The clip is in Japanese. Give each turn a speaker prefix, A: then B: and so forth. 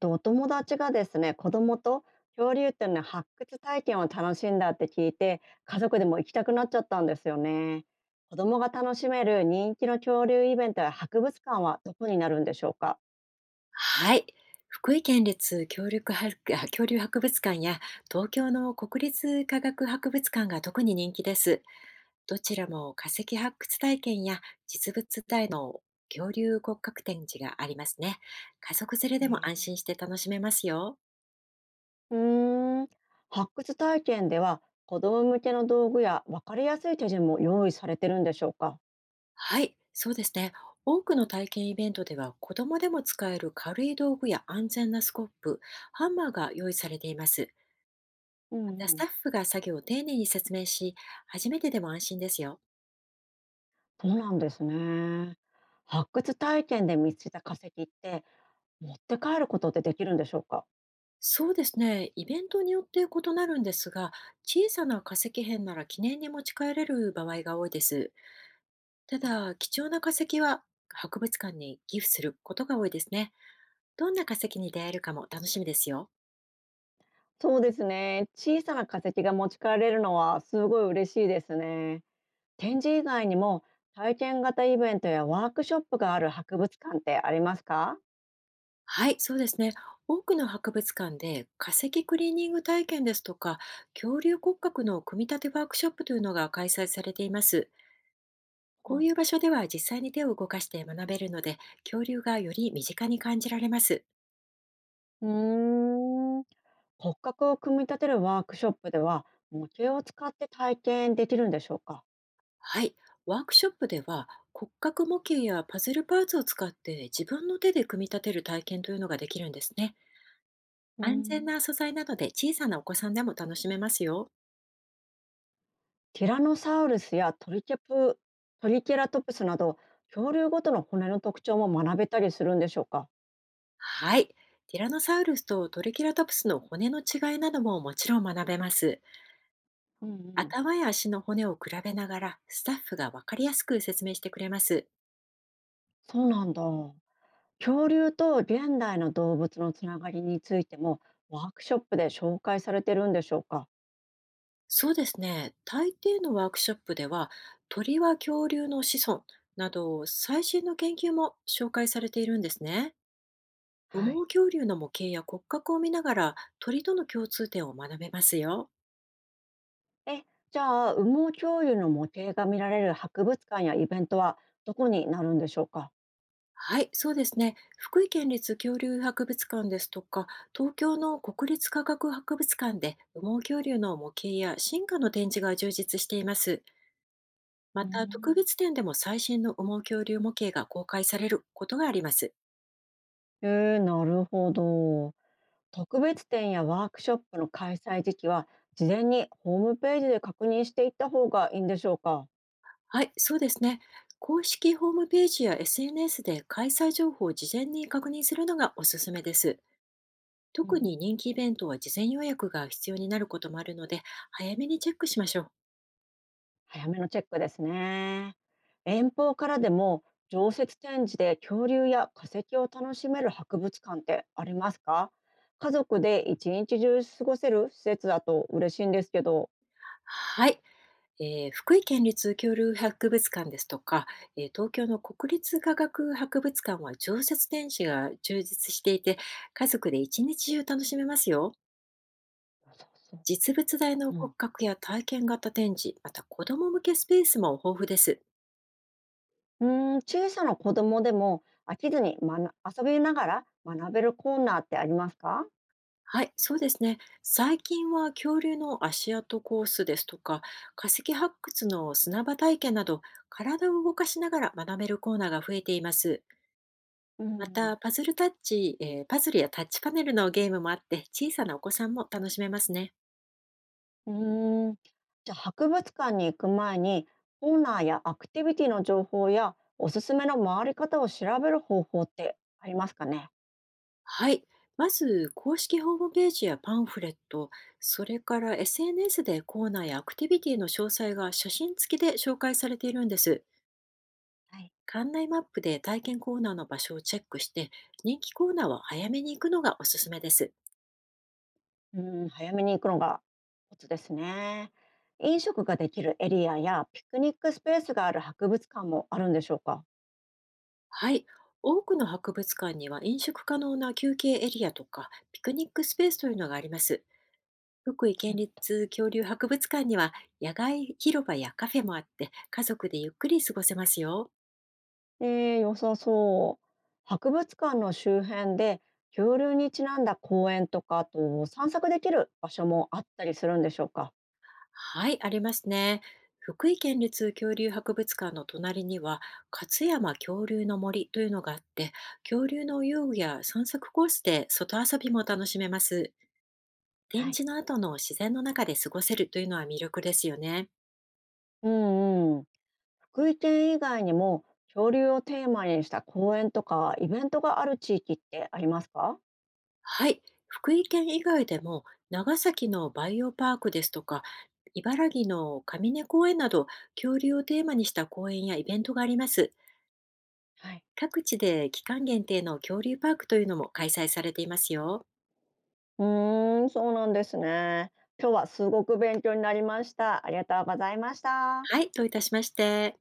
A: と、お友達がですね、子供と恐竜っていうのね発掘体験を楽しんだって聞いて、家族でも行きたくなっちゃったんですよね。子供が楽しめる人気の恐竜イベントや博物館はどこになるんでしょうか？
B: はい。福井県立恐竜博あ 恐竜博物館や東京の国立科学博物館が特に人気です。どちらも化石発掘体験や実物大の恐竜骨格展示がありますね。家族連れ
A: へ
B: でも安
A: え
B: 心して楽しめますよ。
A: ー発掘体験では子供向けの道具や分かりやすい手順も用意されてるんでしょうか？
B: はい、そうですね。多くの体験イベントでは子供でも使える軽い道具や安全なスコップ、ハンマーが用意されています。
A: う
B: また
A: ん
B: ス
A: うん。
B: タッフが作業を丁寧に説明し、初めてでも安心ですよ。
A: そうなんですね。発掘体験で見つけた化石って持って帰ることってできるんでしょうか？
B: そうですね。イベントによって異なるんですが、小さな化石片なら記念に持ち帰れる場合が多いです。た
A: はい。
B: だ、貴重な化石は博物館に寄付することが多いですね。どんな化石に出会えるかも楽しみですよ。
A: そうですね。小さな化石が持ち帰れるのはすごい嬉しいですね。展示以外にも体験型イベントやワークショップがある博物館ってありますか？
B: はい、そうですね。多くの博物館で化石クリーニング体験ですとか、恐竜骨格の組み立てワークショップというのが開催されています。
A: う
B: こ
A: ん
B: ういう場
A: と
B: 所では実際に手を動かして学べるので、恐竜がより身近に感じられます。
A: うーん。骨格を組み立てるワークショップでは模型を使って体験できるんでしょうか？
B: はい、ワークショップでは骨格模型やパズルパーツを使って自分の手で組み立てる体験というのができるんですね。
A: う
B: 安全
A: ん。
B: な素材なので小さなお子さんでも楽しめますよ。
A: ティラノサウルスやトリケプトリケラトプスなど恐竜ごとの骨の特徴も学べたりするんでしょうか？
B: はい、ティラノサウルスとトリケラトプスの骨の違いなどももちろん学べます。
A: うんうん。
B: 頭や足の骨を比べながらスタッフがわかりやすく説明してくれます。
A: そうなんだ。恐竜と現代の動物のつながりについてもワークショップで紹介されてるんでしょうか？
B: そうですね、大抵のワークショップでは鳥は恐竜の子孫など最新の研究も紹介されているんですね。羽
A: はい。
B: 毛恐竜の模型や骨格を見ながら鳥との共通点を学べますよ。
A: え、じゃあ羽毛恐竜の模型が見られる博物館やイベントはどこになるんでしょうか？
B: はい、そうですね。福井県立恐竜博物館ですとか、東京の国立科学博物館で羽毛恐竜の模型や進化の展示が充実しています。
A: う
B: ま
A: ー
B: た、特
A: ん。
B: 別展でも最新の羽毛恐竜模型が公開されることがあります。
A: なるほど。特別展やワークショップの開催時期は事前にホームページで確認していった方がいいんでしょうか？
B: はい、そうですね。公式ホームページや SNS で開催情報を事前に確認するのがおすすめです。
A: うんう
B: 特に
A: ん。
B: 人気イベントは事前予約が必要になることもあるので、早めにチェックしましょう。
A: 早めのチェックですね。遠方からでも常設展示で恐竜や化石を楽しめる博物館ってありますか？家族で一日中過ごせる施設だと嬉しいんですけど。
B: はい。福井県立恐竜博物館ですとか、東京の国立科学博物館は常設展示が充実していて、家族で一日中楽しめますよ。
A: そうそ
B: 実物大
A: う。
B: の
A: う
B: 骨
A: ん。
B: 格や体験型展示、また子ども向けスペースも豊富です。
A: うーん、小さな子供でも飽きずに学遊びながら学べるコーナーってありますか？
B: はい、そうですね。最近は恐竜の足跡コースですとか、化石発掘の砂場体験など、体を動かしながら学べるコーナーが増えています。
A: う
B: ま
A: ん。
B: た、パズルやタッチパネルのゲームもあって、小さなお子さんも楽しめますね。
A: うーん。じゃあ博物館に行く前にオーナーやアクティビティの情報やおすすめの回り方を調べる方法ってありますかね？
B: はい。まず、公式ホームページやパンフレット、それから SNS でコーナーやアクティビティの詳細が写真付きで紹介されているんです。
A: はい。
B: 館内マップで体験コーナーの場所をチェックして、人気コーナーは早めに行くのがおすすめです。
A: うん、早めに行くのがコツですね。飲食ができるエリアやピクニックスペースがある博物館もあるんでしょうか？
B: はい。多くの博物館には飲食可能な休憩エリアとかピクニックスペースというのがあります。福井
A: そ
B: 県
A: う。
B: 立恐竜博物館には野外広場やカフェもあって家族でゆっくり過ごせますよ。
A: 良さそう。博物館の周辺で恐竜にちなんだ公園とかあと散策できる場所もあったりするんでしょうか？
B: はい、ありますね。福井県立恐竜博物館の隣には勝山恐竜の森というのがあって、恐竜の遊具や散策コースで外遊びも楽しめます。展
A: はい。
B: 示の後の自然の中で過ごせるというのは魅力ですよね。
A: うんうん。福井県以外にも恐竜をテーマにした公演とかイベントがある地域ってありますか？
B: はい。福井県以外でも長崎のバイオパークですとか、茨城の上根公園など恐竜をテーマにした公園やイベントがあります。
A: はい。
B: 各地で期間限定の恐竜パークというのも開催されていますよ。
A: うーん、そうなんですね。今日はすごく勉強になりました。ありがとうございました。
B: はい、どういたしまして。